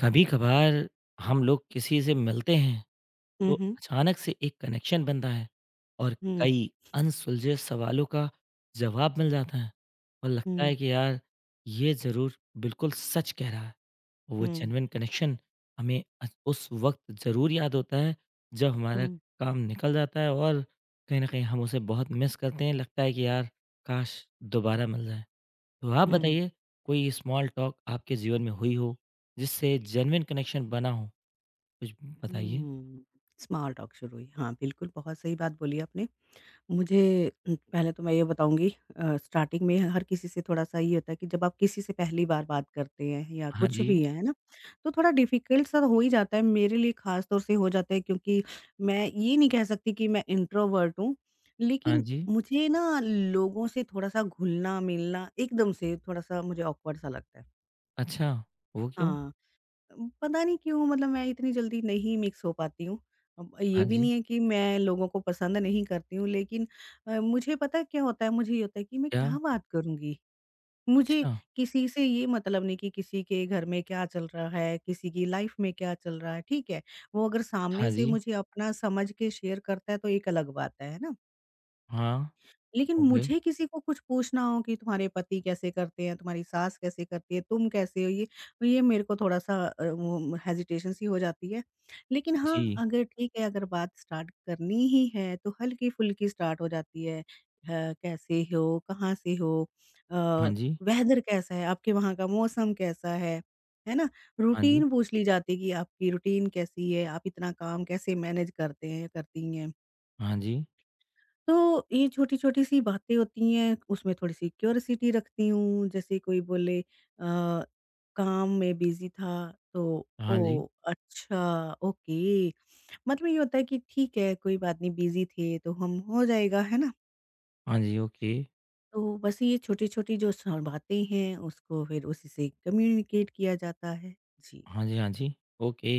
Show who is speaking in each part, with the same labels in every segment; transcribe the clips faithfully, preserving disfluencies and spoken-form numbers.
Speaker 1: कभी कभार हम लोग किसी से मिलते हैं
Speaker 2: हुँ,
Speaker 1: तो
Speaker 2: हुँ,
Speaker 1: अचानक से एक कनेक्शन बनता है और
Speaker 2: हुँ,
Speaker 1: कई अनसुलझे सवालों का जवाब मिल जाता है और लगता है कि यार ये ज़रूर बिल्कुल सच कह रहा है। वो
Speaker 2: हुँ,
Speaker 1: जेनविन कनेक्शन हमें अच- उस वक्त ज़रूर याद होता है जब हमारा
Speaker 2: हुँ,
Speaker 1: काम निकल जाता है और कहीं ना कहीं हम उसे बहुत मिस करते हैं। लगता है कि यार काश दोबारा मिल जाए। तो आप
Speaker 2: हुँ,
Speaker 1: बताइए कोई स्मॉल टॉक आपके जीवन में हुई हो जिससे जेन्युइन कनेक्शन बना हो? कुछ बताइए?
Speaker 2: हुँ। स्मॉल टॉक शुरू हुई। हाँ, बिल्कुल, बहुत सही बात बोली आपने। मुझे उम, पहले तो मैं ये बताऊँगी। अ, स्टार्टिंग में हर किसी से थोड़ा-सा ये होता है कि जब आप किसी से पहली बार बात करते हैं या
Speaker 1: हाँ
Speaker 2: कुछ
Speaker 1: जी,
Speaker 2: भी है, है ना? तो थोड़ा डिफ़िकल्ट सा हो ही जाता है, मेरे लिए ख़ास तौर से हो जाता है क्योंकि मैं ये नहीं कह सकती कि मैं इंट्रोवर्ट हूँ,
Speaker 1: हाँ
Speaker 2: लेकिन
Speaker 1: जी।
Speaker 2: मुझे ना लोगों से थोड़ा-सा घुलना-मिलना एकदम से थोड़ा-सा मुझे ऑकवर्ड सा लगता है।
Speaker 1: अच्छा, वो क्यों?
Speaker 2: हाँ। पता नहीं क्यों, मतलब मैं इतनी जल्दी नहीं मिक्स हो पाती हूँ। अब ये
Speaker 1: हाँ
Speaker 2: भी
Speaker 1: जी,
Speaker 2: नहीं है कि मैं लोगों को पसंद नहीं करती हूँ, लेकिन अ, मुझे पता है क्या होता है, मुझे ये होता है कि मैं
Speaker 1: क्या?
Speaker 2: क्या बात करूँगी? मुझे
Speaker 1: अच्छा,
Speaker 2: किसी से ये मतलब नहीं कि किसी के घर में क्या चल रहा है, किसी की लाइफ में क्या चल रहा है, ठीक है? वो अगर सामने
Speaker 1: हाँ
Speaker 2: से
Speaker 1: जी,
Speaker 2: मुझे अपना समझ के शेयर करता है तो एक अलग बात है, है ना?
Speaker 1: हाँ,
Speaker 2: लेकिन
Speaker 1: ओके,
Speaker 2: मुझे किसी को कुछ पूछना हो कि तुम्हारे पति कैसे करते हैं, तुम्हारी सास कैसे करती है, तुम कैसे हो? ये ये मेरे को थोड़ा-सा अ, वो हेजिटेशन सी हो जाती है। लेकिन हाँ,
Speaker 1: जी,
Speaker 2: अगर ठीक है, अगर बात स्टार्ट करनी ही है तो हल्की-फुल्की स्टार्ट हो जाती है। ह कैसे हो? कहाँ से हो? अ,
Speaker 1: हाँ जी,
Speaker 2: वेदर कैसा है? आपके वहाँ का मौसम कैसा है? है ना?
Speaker 1: हाँ जी,
Speaker 2: रूटीन पूछ ली जाती है कि आपकी रूटीन कैसी है? आप इतना काम कैसे मैनेज करते हैं, करती हैं?
Speaker 1: हाँ जी,
Speaker 2: तो ये छोटी-छोटी सी बातें होती हैं, उसमें थोड़ी-सी क्यूरियोसिटी रखती हूँ, जैसे कोई बोले अ, काम में बिज़ी था, तो
Speaker 1: हाँ जी,
Speaker 2: ओह! अच्छा, ओके। मतलब ये होता है कि ठीक है, कोई बात नहीं, बिज़ी थे तो हम हो जाएगा, है ना?
Speaker 1: हाँ जी, ओके,
Speaker 2: तो बस ये छोटी-छोटी जो स बातें हैं, उसको फिर उसी से कम्युनिकेट किया जाता है। जी।
Speaker 1: हाँ जी, हाँ जी, ओके,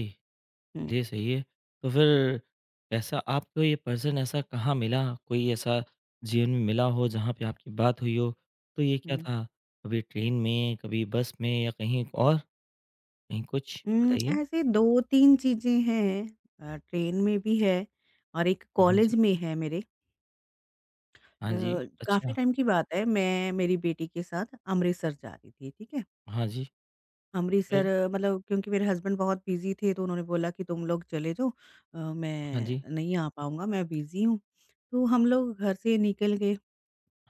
Speaker 2: हुँ,
Speaker 1: ये सही है। तो फिर ऐसा आपको ये पर्सन ऐसा कहाँ मिला? कोई ऐसा जीवन में मिला हो जहाँ पे आपकी बात हुई हो? तो ये क्या
Speaker 2: हुँ।
Speaker 1: था? कभी ट्रेन में, कभी बस में या कहीं और, कहीं कुछ
Speaker 2: उम,
Speaker 1: बताइए?
Speaker 2: ऐसे दो तीन चीज़ें हैं। अ, ट्रेन में भी है और एक
Speaker 1: हाँ जी।
Speaker 2: कॉलेज में है मेरे। अ,
Speaker 1: हाँ जी,
Speaker 2: काफ़ी
Speaker 1: अच्छा,
Speaker 2: टाइम की बात है, मैं मेरी बेटी के साथ अमृतसर जा रही थी, ठीक है?
Speaker 1: हाँ जी,
Speaker 2: अमृतसर
Speaker 1: फिर?
Speaker 2: अ, मतलब क्योंकि मेरे हस्बैंड बहुत बिज़ी थे, तो उन्होंने बोला कि तुम लोग चले जाओ। अ,
Speaker 1: हाँ
Speaker 2: मैं
Speaker 1: जी,
Speaker 2: नहीं आ पाऊँगा, मैं बिज़ी हूँ। तो हम लोग घर से निकल गए,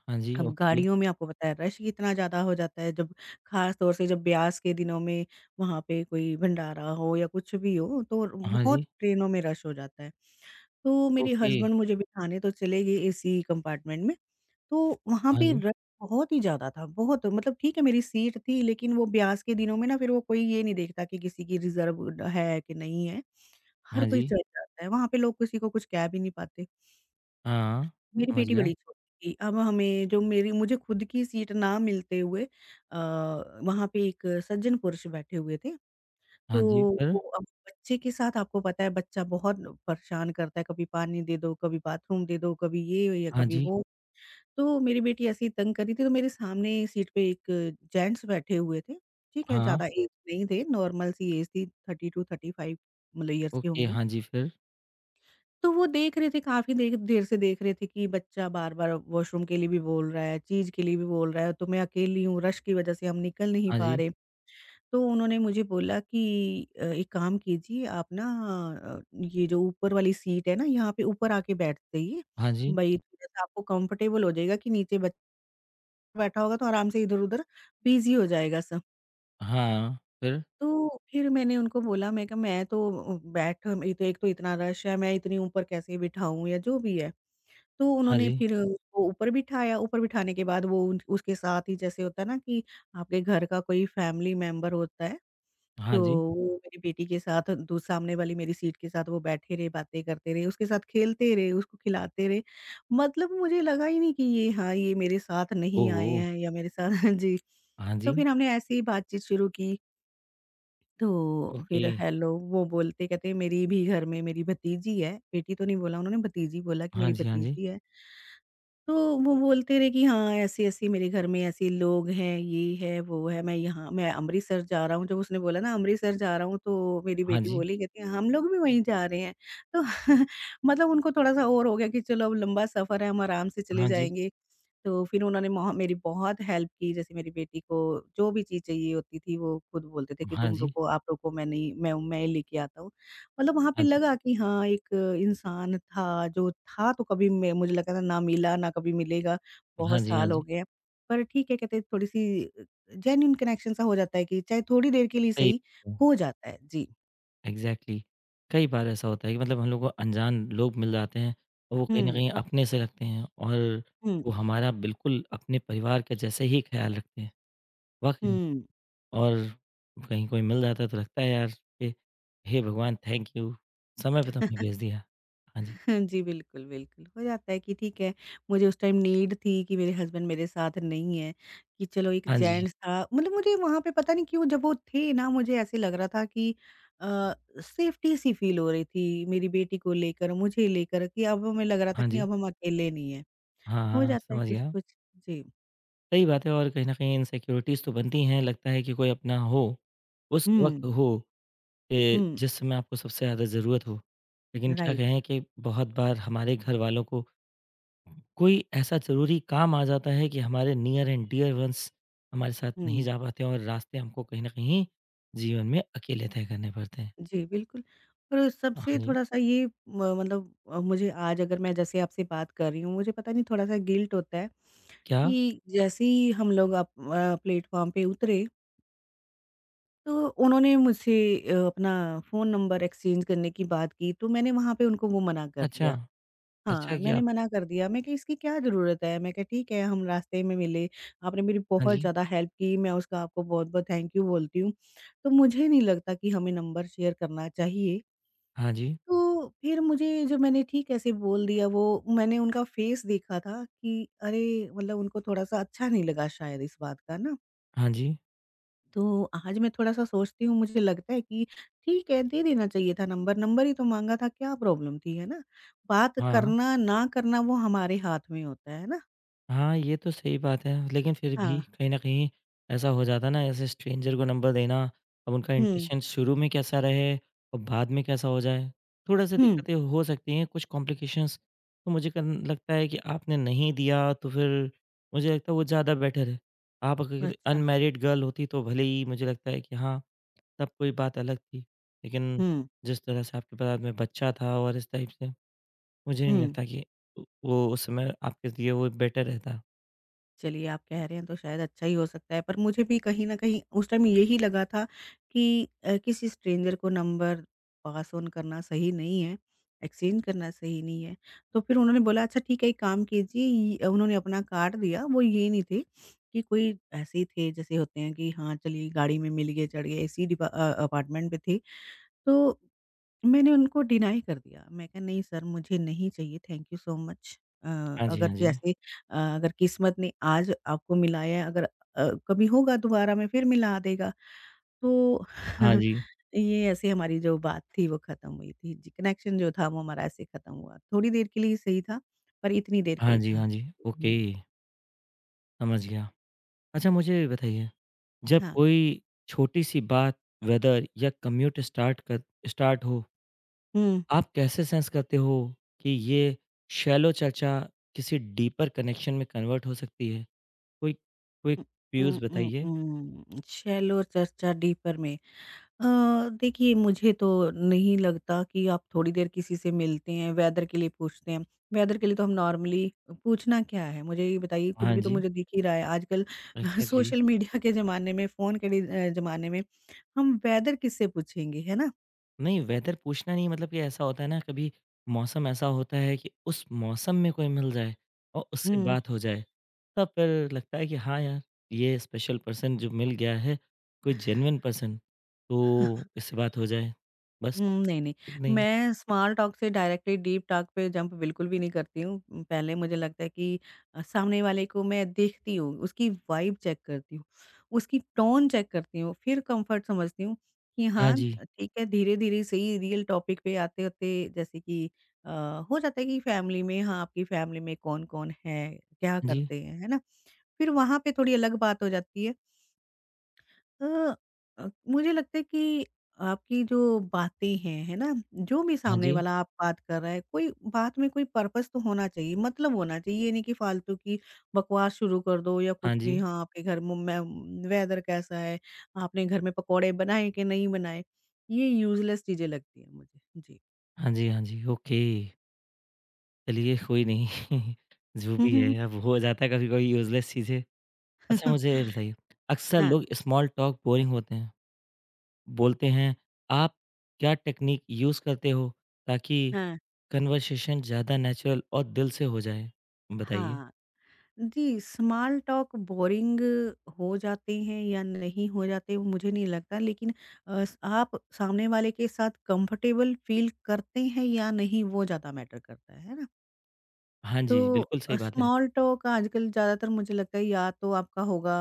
Speaker 1: हाँ जी,
Speaker 2: अब
Speaker 1: ओके,
Speaker 2: गाड़ियों में आपको पता है रश कितना ज़्यादा हो जाता है, जब ख़ास तौर से जब ब्यास के दिनों में वहाँ पे कोई भंडारा हो या कुछ भी हो, तो
Speaker 1: हाँ
Speaker 2: बहुत
Speaker 1: जी,
Speaker 2: ट्रेनों में रश हो जाता है। तो मेरे
Speaker 1: ओके,
Speaker 2: हस्बैंड मुझे बिठाने तो चले गए एसी कंपार्टमेंट में, तो वहाँ
Speaker 1: हाँ
Speaker 2: पे
Speaker 1: जी,
Speaker 2: रश बहुत ही ज़्यादा था, बहुत, मतलब ठीक है मेरी सीट थी लेकिन वो ब्यास के दिनों में ना फिर वो कोई ये नहीं देखता कि किसी की रिज़र्वड है कि नहीं है, हर
Speaker 1: हाँ
Speaker 2: कोई
Speaker 1: जी,
Speaker 2: चढ़ जाता है, वहाँ पे लोग किसी को कुछ कह भी नहीं पाते।
Speaker 1: हाँ,
Speaker 2: मेरी
Speaker 1: समझ
Speaker 2: बेटी
Speaker 1: गया,
Speaker 2: बड़ी छोटी थी, अब हमें जो मेरी मुझे खुद की सीट ना मिलते हुए अ, वहाँ पे एक सज्जन पुरुष बैठे हुए थे। तो
Speaker 1: हाँ जी,
Speaker 2: वो,
Speaker 1: फिर?
Speaker 2: अब बच्चे के साथ आपको पता है, बच्चा बहुत परेशान करता है, कभी पानी दे दो, कभी बाथरूम दे दो, कभी ये या
Speaker 1: हाँ
Speaker 2: कभी
Speaker 1: जी,
Speaker 2: वो। तो मेरी बेटी ऐसे ही तंग कर रही थी, तो मेरे सामने सीट पे एक जेंट्स बैठे हुए थे, ठीक है?
Speaker 1: हाँ,
Speaker 2: ज़्यादा एज नहीं थे, नॉर्मल सी एज थी थर्टी टू से थर्टी फ़ाइव, मतलब ईयर्स के
Speaker 1: ओके,
Speaker 2: होंगे।
Speaker 1: हाँ जी, फिर?
Speaker 2: तो वो देख रहे थे, काफ़ी देर देर से देख रहे थे कि बच्चा बार-बार वॉशरूम के लिए भी बोल रहा है, चीज़ के लिए भी बोल रहा है, तो मैं अकेली हूँ, रश की वज़ह से हम निकल नहीं
Speaker 1: हाँ
Speaker 2: पा
Speaker 1: जी,
Speaker 2: रहे। तो उन्होंने मुझे बोला कि अ, एक काम कीजिए, आप ना अ, ये जो ऊपर वाली सीट है ना यहाँ पे ऊपर आके बैठ जाइए।
Speaker 1: हाँ जी,
Speaker 2: भई थोड़ा-सा आपको कंफर्टेबल हो जाएगा कि नीचे बच्चा बैठा होगा तो आराम से इधर-उधर बिज़ी हो जाएगा सब।
Speaker 1: हाँ, फिर?
Speaker 2: तो फिर मैंने उनको बोला, मैं कहा मैं तो अ, बैठ ये तो एक तो इतना रश है, मैं इतनी ऊपर कैसे बिठाऊँ या जो भी है। तो
Speaker 1: हाँ
Speaker 2: उन्होंने
Speaker 1: जी,
Speaker 2: फिर उसको ऊपर बिठाया, ऊपर बिठाने के बाद वो उन उसके साथ ही जैसे होता है ना कि आपके घर का कोई फैमिली मेंबर होता है, तो
Speaker 1: हाँ जी,
Speaker 2: वो मेरी बेटी के साथ दू सामने वाली मेरी सीट के साथ वो बैठे रहे, बातें करते रहे, उसके साथ खेलते रहे, उसको खिलाते रहे। मतलब मुझे लगा ही नहीं कि ये, हाँ, ये मेरे साथ नहीं
Speaker 1: ओहो!
Speaker 2: आए हैं या मेरे साथ जी।
Speaker 1: हाँ
Speaker 2: तो
Speaker 1: जी,
Speaker 2: फिर हमने ऐसे ही बातचीत शुरू की, तो
Speaker 1: ओके,
Speaker 2: फिर हेलो वो बोलते कहते मेरी भी घर में मेरी भतीजी है, बेटी तो नहीं बोला उन्होंने, भतीजी बोला कि
Speaker 1: हाँ
Speaker 2: मेरी
Speaker 1: जी, हाँ जी,
Speaker 2: भतीजी है। तो वो बोलते रहे कि हाँ, ऐसी-ऐसी मेरे घर में ऐसे लोग हैं, ये है, वो है, मैं यहाँ मैं अमृतसर जा रहा हूँ। जब उसने बोला ना अमृतसर जा रहा हूँ तो मेरी
Speaker 1: हाँ
Speaker 2: बेटी
Speaker 1: जी,
Speaker 2: बोली, कहती है हम लोग भी वहीं जा रहे हैं। तो मतलब उनको थोड़ा-सा और हो गया कि चलो अब लंबा सफ़र है, हम आराम से चले
Speaker 1: हाँ जी,
Speaker 2: जाएँगे। तो फिर उन्होंने मोह मेरी बहुत हेल्प की, जैसे मेरी बेटी को जो भी चीज़ चाहिए होती थी, वो खुद बोलते थे कि
Speaker 1: हाँ
Speaker 2: तुम
Speaker 1: जी,
Speaker 2: रुको, आप रुको, मैं नहीं मैं मैं लेके आता हूँ। मतलब वहाँ पे
Speaker 1: हाँ जी,
Speaker 2: लगा कि हाँ, एक इंसान था, जो था तो कभी, मैं मुझे लगा था ना मिला, ना कभी मिलेगा,
Speaker 1: हाँ
Speaker 2: बहुत
Speaker 1: जी, हाँ
Speaker 2: साल हो
Speaker 1: जी,
Speaker 2: गए हैं। पर ठीक है, कहते हैं थोड़ी-सी अ, जेन्युइन कनेक्शन सा हो जाता है कि चाहे थोड़ी देर के लिए
Speaker 1: सही,
Speaker 2: सही, हो जाता है। जी।
Speaker 1: एग्ज़ैक्टली। कई बार ऐसा होता है कि मतलब हम लोग को अनजान लोग मिल जाते हैं और वो कहीं न
Speaker 2: हुँ,
Speaker 1: कहीं अपने से लगते हैं और
Speaker 2: हुँ,
Speaker 1: वो हमारा बिल्कुल अपने परिवार के जैसे ही ख़्याल रखते हैं। वाक़ई में,
Speaker 2: हुँ।
Speaker 1: और कहीं कोई मिल जाता है तो लगता है यार कि हे भगवान थैंक यू, समय पे तुमने भेज दिया। हाँ जी,
Speaker 2: हाँ जी, बिल्कुल, बिल्कुल। हो जाता है कि ठीक है, मुझे उस टाइम नीड थी कि मेरे हस्बैंड मेरे साथ नहीं है, कि चलो एक
Speaker 1: हाँ जी,
Speaker 2: जेंट्स था, मतलब मुझे वहाँ पे पता नहीं क्यों जब वो थे ना मुझे ऐसे लग रहा था कि अ, सेफ्टी सी फ़ील हो रही थी मेरी बेटी को लेकर, मुझे लेकर, कि अब हमें लग रहा था
Speaker 1: हाँ
Speaker 2: कि
Speaker 1: जी,
Speaker 2: अब हम अकेले नहीं हैं।
Speaker 1: हाँ,
Speaker 2: हो
Speaker 1: हाँ,
Speaker 2: जाता है
Speaker 1: समझ गया।
Speaker 2: कुछ-कुछ। जी।
Speaker 1: सही बात है और कहीं न कहीं इनसिक्योरिटीज़ तो बनती हैं। लगता है कि कोई अपना हो, उस वक़्त
Speaker 2: हुँ,
Speaker 1: हो। कि
Speaker 2: हुँ,
Speaker 1: जिस समय आपको सबसे ज़्यादा ज़रूरत हो। लेकिन क्या
Speaker 2: राइट।
Speaker 1: कहें कि बहुत बार हमारे घरवालों को कोई ऐसा ज़रूरी काम आ जाता है कि हमारे नियर एंड डियर वन्स हमारे साथ नहीं
Speaker 2: हुँ।
Speaker 1: जा पाते और रास्ते हमको कहीं न कहीं जीवन में अकेले तय करने पड़ते हैं।
Speaker 2: जी, बिल्कुल। और
Speaker 1: हाँ
Speaker 2: सबसे
Speaker 1: जी।
Speaker 2: थोड़ा-सा ये म मतलब अ, मुझे आज अगर मैं जैसे आपसे बात कर रही हूँ, मुझे पता नहीं थोड़ा-सा गिल्ट होता है
Speaker 1: क्या?
Speaker 2: कि जैसे ही हम लोग अप अ, प्लेटफ़ॉर्म पे उतरे, तो उन्होंने मुझसे अ, अपना फ़ोन नंबर एक्सचेंज करने की बात की, तो मैंने वहाँ पे उनको वो मना कर
Speaker 1: अच्छा,
Speaker 2: दिया।
Speaker 1: अच्छा
Speaker 2: हाँ,
Speaker 1: किया
Speaker 2: मैंने
Speaker 1: आप।
Speaker 2: मना कर दिया, मैं कहा इसकी क्या ज़रूरत है? मैं कहा ठीक है, हम रास्ते में मिले, आपने मेरी
Speaker 1: हाँ
Speaker 2: बहुत
Speaker 1: जी,
Speaker 2: ज़्यादा हेल्प की, मैं उसका आपको बहुत-बहुत थैंक यू बोलती हूँ। तो मुझे नहीं लगता कि हमें नंबर शेयर करना चाहिए।
Speaker 1: हाँ जी,
Speaker 2: तो फिर मुझे जो मैंने ठीक ऐसे बोल दिया, वो मैंने उनका फेस देखा था कि अरे! मतलब उनको थोड़ा-सा अच्छा नहीं लगा शायद इस बात का ना।
Speaker 1: हाँ जी,
Speaker 2: तो आज मैं थोड़ा-सा सोचती हूँ, मुझे लगता है कि ठीक है, दे देना चाहिए था नंबर, नंबर ही तो माँगा था, क्या प्रॉब्लम थी, है ना? बात
Speaker 1: हाँ।
Speaker 2: करना, ना करना वो हमारे हाथ में होता है, है ना?
Speaker 1: हाँ, ये तो सही बात है, लेकिन फिर
Speaker 2: हाँ।
Speaker 1: भी कहीं न कहीं ऐसा हो जाता है ना, ऐसे स्ट्रेंजर को नंबर देना, अब उनका
Speaker 2: हुँ,
Speaker 1: इंटेंशन शुरू में कैसा रहे और बाद में कैसा हो जाए, थोड़ा-सा
Speaker 2: हुँ।
Speaker 1: दिक्कतें हो सकती हैं, कुछ कॉम्प्लिकेशंस तो मुझे कन लगता है कि आपने नहीं दिया, तो फिर मुझे लगता है वो ज़्यादा बेटर है। आप अगर
Speaker 2: अच्छा।
Speaker 1: अनमैरिड गर्ल होती तो भले ही मुझे लगता है कि हाँ, तब कोई बात अलग थी, लेकिन
Speaker 2: हुँ,
Speaker 1: जिस तरह से आपके बाद में बच्चा था और इस टाइप से, मुझे नहीं
Speaker 2: हुँ।
Speaker 1: लगता कि वो उस समय आपके लिए वो बेटर रहता।
Speaker 2: चलिए आप कह रहे हैं तो शायद अच्छा ही हो सकता है। पर मुझे भी कहीं न कहीं उस टाइम यही लगा था कि अ, किसी स्ट्रेंजर को नंबर पास ऑन करना सही नहीं है, एक्सचेंज करना सही नहीं है। तो फिर उन्होंने बोला अच्छा ठीक है एक काम कीजिए, ये उन्होंने अपना कार्ड दिया, वो ये नहीं थे कि कोई ऐसे ही थे, जैसे होते हैं कि हाँ, चलिए गाड़ी में मिल गए, चढ़ गए, इसी डिपा अ, अपार्टमेंट पे थे। तो मैंने उनको डिनाई कर दिया। मैं कहा नहीं सर, मुझे नहीं चाहिए, थैंक यू सो मच। अ,
Speaker 1: हाँ जी,
Speaker 2: अगर
Speaker 1: हाँ जी।
Speaker 2: जैसे अ, अगर किस्मत ने आज आपको मिलाया है, अगर अ, कभी होगा दोबारा में फिर मिला देगा। तो
Speaker 1: हाँ जी।
Speaker 2: ये ऐसे हमारी जो बात थी वो ख़त्म हुई थी। जी, कनेक्शन जो था वो हमारा ऐसे ख़त्म हुआ। थोड़ी देर के लिए ही सही था, पर इतनी देर का
Speaker 1: हाँ
Speaker 2: ही
Speaker 1: जी,
Speaker 2: था।
Speaker 1: हाँ जी। ओके,
Speaker 2: हुँ,
Speaker 1: समझ गया। अच्छा मुझे ये बताइए, जब
Speaker 2: हाँ।
Speaker 1: कोई छोटी-सी बात वेदर या कम्यूट स्टार्ट कर स्टार्ट हो,
Speaker 2: हुँ,
Speaker 1: आप कैसे सेंस करते हो कि ये शैलो चर्चा किसी डीपर कनेक्शन में कन्वर्ट हो सकती है? कोई कोई
Speaker 2: हुँ, हुँ,
Speaker 1: क्यूज
Speaker 2: हुँ,
Speaker 1: बताइए?
Speaker 2: हुँ। शैलो चर्चा डीपर में। अ, देखिए मुझे तो नहीं लगता कि आप थोड़ी देर किसी से मिलते हैं, वेदर के लिए पूछते हैं। वेदर के लिए तो हम नॉर्मली पूछना क्या है? मुझे ये बताइए, खुद
Speaker 1: हाँ
Speaker 2: भी तो
Speaker 1: जी,
Speaker 2: मुझे दिख ही रहा है आजकल
Speaker 1: एग्ज़ैक्टली।
Speaker 2: सोशल मीडिया के ज़माने में, फ़ोन के डि अ, ज़माने में, हम वेदर किससे पूछेंगे, है ना?
Speaker 1: नहीं, वेदर पूछना नहीं, मतलब कि ऐसा होता है ना कभी मौसम ऐसा होता है कि उस मौसम में कोई मिल जाए और उससे
Speaker 2: हुँ।
Speaker 1: बात हो जाए, तब फिर लगता है कि हाँ यार ये स्पेशल पर्सन जो मिल गया है, कोई जेन्युइन पर्सन, तो इससे बात हो जाए बस।
Speaker 2: हुँ, नहीं, नहीं।
Speaker 1: नहीं,
Speaker 2: मैं स्मॉल टॉक से डायरेक्टली डीप टॉक पे जंप बिल्कुल भी नहीं करती हूँ। उम, पहले मुझे लगता है कि अ, सामने वाले को मैं देखती हूँ, उसकी वाइब चेक करती हूँ, उसकी टोन चेक करती हूँ, फिर कम्फर्ट समझती हूँ कि
Speaker 1: हाँ
Speaker 2: हाँ,
Speaker 1: जी,
Speaker 2: अ, ठीक है, धीरे-धीरे सही रियल टॉपिक पे आते-आते जैसे कि अ, हो जाता है कि फैमिली में, हाँ, आपकी फैमिली में कौन-कौन है, क्या
Speaker 1: जी,
Speaker 2: करते हैं, है ना? फिर वहाँ पे थोड़ी अलग बात हो जाती है। अ अ, मुझे लगता है कि आपकी जो बातें हैं, है ना? जो भी
Speaker 1: हाँ
Speaker 2: सामने
Speaker 1: जी,
Speaker 2: वाला आप बात कर रहा है, कोई बात में कोई पर्पस तो होना चाहिए, मतलब होना चाहिए। ये नहीं कि फ़ालतू की बकवास शुरू कर दो या
Speaker 1: हाँ
Speaker 2: कुछ भी।
Speaker 1: जी,
Speaker 2: हाँ, आपके घर म में वेदर कैसा है? आपने घर में पकौड़े बनाए कि नहीं बनाए? ये यूज़लेस चीज़ें लगती हैं मुझे। जी।
Speaker 1: हाँ जी, हाँ जी, ओके। चलिए कोई नहीं जो भी है अब हो जाता है कभी कभी यूजलेस चीज़ें। अच्छा मुझे ये बताइए, अक्सर
Speaker 2: हाँ,
Speaker 1: लोग स्मॉल टॉक बोरिंग होते हैं बोलते हैं, "आप क्या टेक्नीक यूज़ करते हो ताकि
Speaker 2: हाँ।
Speaker 1: कन्वर्सेशन ज़्यादा नेचुरल और दिल से हो जाए?" बताइए।
Speaker 2: हाँ। जी, स्मॉल टॉक बोरिंग हो जाते हैं या नहीं हो जाते वो मुझे नहीं लगता लेकिन अ, स आप सामने वाले के साथ कंफर्टेबल फ़ील करते हैं या नहीं वो ज़्यादा मैटर करता है, है ना?
Speaker 1: हाँ
Speaker 2: तो
Speaker 1: जी, बिल्कुल
Speaker 2: अ,
Speaker 1: सही बात है।
Speaker 2: स्मॉल टॉक आजकल ज़्यादातर मुझे लगता है या तो आपका होगा।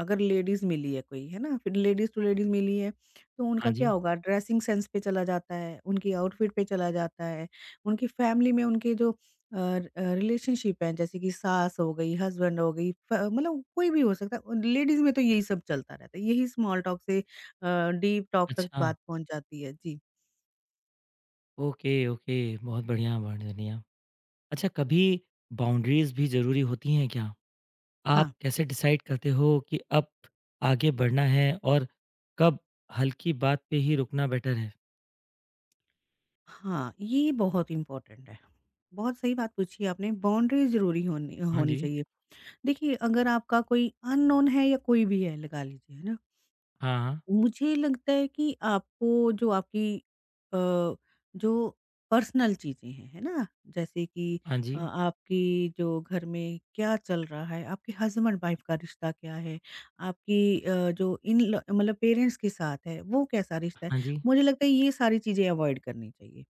Speaker 2: अगर लेडीज़ मिली है कोई, है ना? फिर लेडीज़ टू लेडीज़ मिली है, तो उनका
Speaker 1: हाँ
Speaker 2: क्या
Speaker 1: जी।
Speaker 2: होगा, ड्रेसिंग सेंस पे चला जाता है, उनकी आउटफिट पे चला जाता है, उनकी फैमिली में उनके जो अ अ, रिलेशनशिप हैं, जैसे कि सास हो गई, हस्बैंड हो गई, फ मतलब कोई भी हो सकता है। लेडीज़ में तो यही सब चलता रहता है, यही स्मॉल टॉक से अ, डीप टॉक तक
Speaker 1: अच्छा,
Speaker 2: बात पहुँच जाती है। जी,
Speaker 1: ओके, ओके। बहुत बढ़िया, बहुत बढ़िया। अच्छा कभी बाउंड्रीज़ भी ज़रूरी होती हैं क्या?
Speaker 2: हाँ।
Speaker 1: आप कैसे डिसाइड करते हो कि अब आगे बढ़ना है और कब हल्की बात पे ही रुकना बेटर है?
Speaker 2: हाँ, ये बहुत इम्पोर्टेंट है। बहुत सही बात पूछी आपने, बाउंड्री ज़रूरी होनी
Speaker 1: हाँ
Speaker 2: होनी
Speaker 1: जी।
Speaker 2: चाहिए। देखिए, अगर आपका कोई अननोन है या कोई भी है, लगा लीजिए, है ना?
Speaker 1: हाँ, हाँ।
Speaker 2: मुझे लगता है कि आपको जो आपकी अ, जो पर्सनल चीज़ें हैं, है ना? जैसे कि
Speaker 1: हाँ
Speaker 2: अ,
Speaker 1: जी।
Speaker 2: आपकी जो घर में क्या चल रहा है, आपके हस्बैंड-वाइफ का रिश्ता क्या है, आपकी अ, जो इन ल मतलब पेरेंट्स के साथ है, वो कैसा रिश्ता है।
Speaker 1: हाँ जी।
Speaker 2: मुझे लगता है ये सारी चीज़ें अवॉइड करनी चाहिए।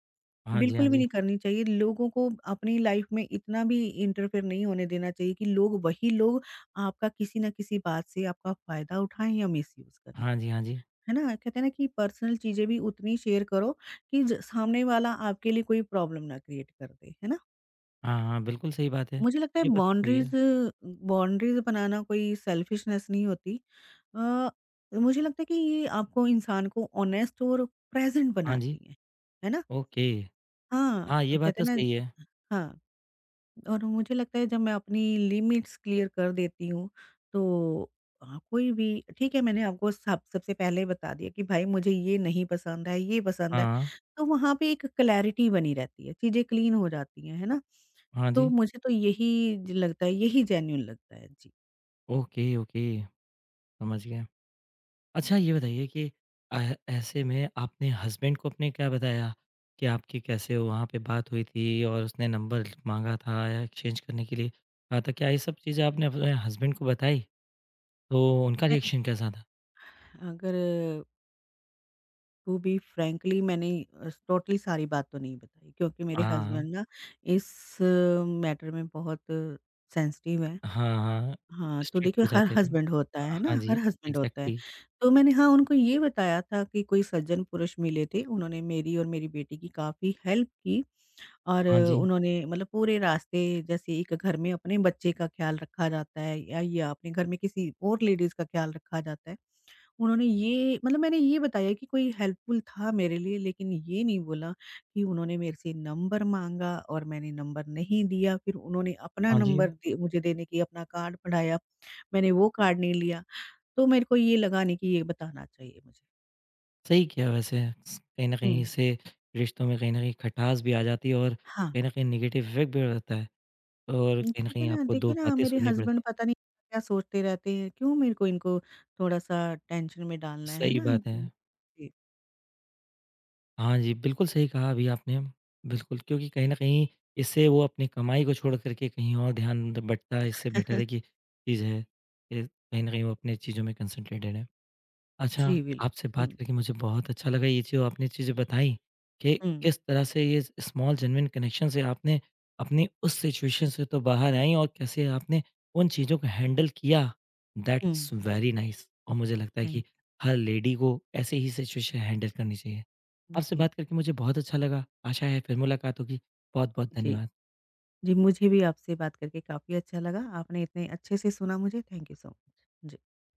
Speaker 1: हाँ जी,
Speaker 2: बिल्कुल
Speaker 1: हाँ
Speaker 2: भी
Speaker 1: जी।
Speaker 2: नहीं करनी चाहिए। लोगों को अपनी लाइफ में इतना भी इंटरफेयर नहीं होने देना चाहिए कि लोग वही लोग आपका किसी ना किसी बात से आपका फ़ायदा उठाएँ या मिसयूज़ करें।
Speaker 1: हाँ जी, हाँ जी।
Speaker 2: है ना? कहते हैं ना कि पर्सनल चीज़ें भी उतनी शेयर करो कि ज सामने वाला आपके लिए कोई प्रॉब्लम ना क्रिएट कर दे। है ना?
Speaker 1: हाँ, हाँ, बिल्कुल सही बात है।
Speaker 2: मुझे लगता है
Speaker 1: ये बात तो सही
Speaker 2: बाउंड्रीज़
Speaker 1: है।
Speaker 2: बाउंड्रीज़ बनाना कोई सेल्फिशनेस नहीं होती। अ, मुझे लगता है कि ये आपको इंसान को ऑनेस्ट और प्रेज़ेंट
Speaker 1: हाँ जी,
Speaker 2: बनाती है। है ना?
Speaker 1: ओके।
Speaker 2: हाँ,
Speaker 1: हाँ, ये
Speaker 2: कहते
Speaker 1: बात
Speaker 2: हैं
Speaker 1: तो
Speaker 2: ना।
Speaker 1: सही है।
Speaker 2: हाँ। और मुझे लगता है जब मैं अपनी लिमिट्स क्लियर कर देती हूँ तो हाँ, कोई भी ठीक है। मैंने आपको सब सबसे पहले बता दिया कि भाई मुझे ये नहीं पसंद है, ये पसंद है,
Speaker 1: हाँ,
Speaker 2: तो वहाँ पे एक क्लैरिटी बनी रहती है, चीज़ें क्लीन हो जाती हैं, है ना?
Speaker 1: हाँ
Speaker 2: तो
Speaker 1: जी।
Speaker 2: मुझे तो यही ज- लगता है, यही जेन्यून लगता है। जी।
Speaker 1: ओके, ओके, समझ गया। अच्छा ये बताइए कि अ, ऐसे में आपने हस्बैंड को अपने क्या बताया कि आपकी कैसे वहाँ पे बात हुई थी और उसने नंबर माँगा था या एक्सचेंज करने के लिए कहा था, क्या ये सब चीज़ें आपने अपने हस्बैंड को बताई? तो उनका
Speaker 2: मैं,
Speaker 1: रिएक्शन कैसा था?
Speaker 2: अगर टू बी फ्रैंकली, मैंने टोटली सारी बात तो नहीं बताई क्योंकि मेरे
Speaker 1: हाँ,
Speaker 2: हस्बैंड ना इस मैटर में बहुत सेंसिटिव है।
Speaker 1: हाँ, हाँ,
Speaker 2: हाँ, तो
Speaker 1: स्ट्रिक्ट
Speaker 2: देखिए
Speaker 1: हो
Speaker 2: हर
Speaker 1: जाते हैं।
Speaker 2: हस्बैंड होता है, है ना?
Speaker 1: हाँ जी,
Speaker 2: हर हस्बैंड होता है।
Speaker 1: एग्ज़ैक्टली।
Speaker 2: तो मैंने, हाँ, उनको ये बताया था कि कोई सज्जन पुरुष मिले थे, उन्होंने मेरी और मेरी बेटी की काफ़ी हेल्प की और
Speaker 1: हाँ
Speaker 2: अ,
Speaker 1: जी,
Speaker 2: उन्होंने मतलब पूरे रास्ते जैसे एक घर में अपने बच्चे का ख्याल रखा जाता है या या अपने घर में किसी और लेडीज़ का ख्याल रखा जाता है, उन्होंने ये मतलब मैंने ये बताया कि कोई हेल्पफुल था मेरे लिए, लेकिन ये नहीं बोला कि उन्होंने मेरे से नंबर माँगा और मैंने नंबर नहीं दिया। फिर उन्होंने अपना
Speaker 1: हाँ जी।
Speaker 2: नंबर, हुँ, दे मुझे देने की अपना कार्ड बढ़ाया, मैंने वो कार्ड नहीं लिया। तो मेरे को ये लगा नहीं कि ये बताना चाहिए मुझे।
Speaker 1: सही किया वैसे। कहीं न
Speaker 2: हुँ।
Speaker 1: कहीं इससे रिश्तों में कहीं न कहीं खटास भी आ जाती है और
Speaker 2: हाँ,
Speaker 1: कहीं न कहीं नेगेटिव इफ़ेक्ट भी रहता है और कहीं न
Speaker 2: ठीक है
Speaker 1: कहीं
Speaker 2: ना,
Speaker 1: आपको दो
Speaker 2: देखिए ना,
Speaker 1: बातें
Speaker 2: मेरे
Speaker 1: सुननी पड़ती
Speaker 2: हस्बैंड
Speaker 1: हैं।
Speaker 2: पता नहीं क्या सोचते रहते हैं, क्यों मेरे को इनको थोड़ा-सा टेंशन में डालना है, है
Speaker 1: सही
Speaker 2: ना?
Speaker 1: बात है।
Speaker 2: उम, जी।
Speaker 1: हाँ जी, बिल्कुल सही कहा अभी आपने। बिल्कुल, क्योंकि कहीं न कहीं इससे वो अपनी कमाई को छोड़ कर के कहीं और ध्यान बँटता है, इससे बेटर है कि चीज़ है, ये कहीं न कहीं वो अपनी चीज़ों में कंसंट्रेटेड है। अच्छा,
Speaker 2: जी, बिल्कुल।
Speaker 1: आपसे बात
Speaker 2: हुँ,
Speaker 1: करके मुझे बहुत अच्छा लगा ये जो आपने चीज़ें बताई कि
Speaker 2: हुँ,
Speaker 1: किस तरह से ये स्मॉल जेन्युइन कनेक्शन से आपने अपनी उस सिचुएशन से तो बाहर आई और कैसे आपने उन चीज़ों को हैंडल किया।
Speaker 2: हुँ,
Speaker 1: दैट्स वेरी नाइस और मुझे लगता है
Speaker 2: थैंक
Speaker 1: कि
Speaker 2: यू।
Speaker 1: हर लेडी को ऐसे ही सिचुएशन हैंडल करनी चाहिए। आपसे
Speaker 2: जी,
Speaker 1: बात करके मुझे बहुत अच्छा लगा। आशा है फिर मुलाकात होगी। बहुत-बहुत
Speaker 2: जी।
Speaker 1: धन्यवाद।
Speaker 2: जी, मुझे भी आपसे बात करके काफ़ी अच्छा लगा। आपने इतने अच्छे से सुना मुझे, thank you so much. Ji.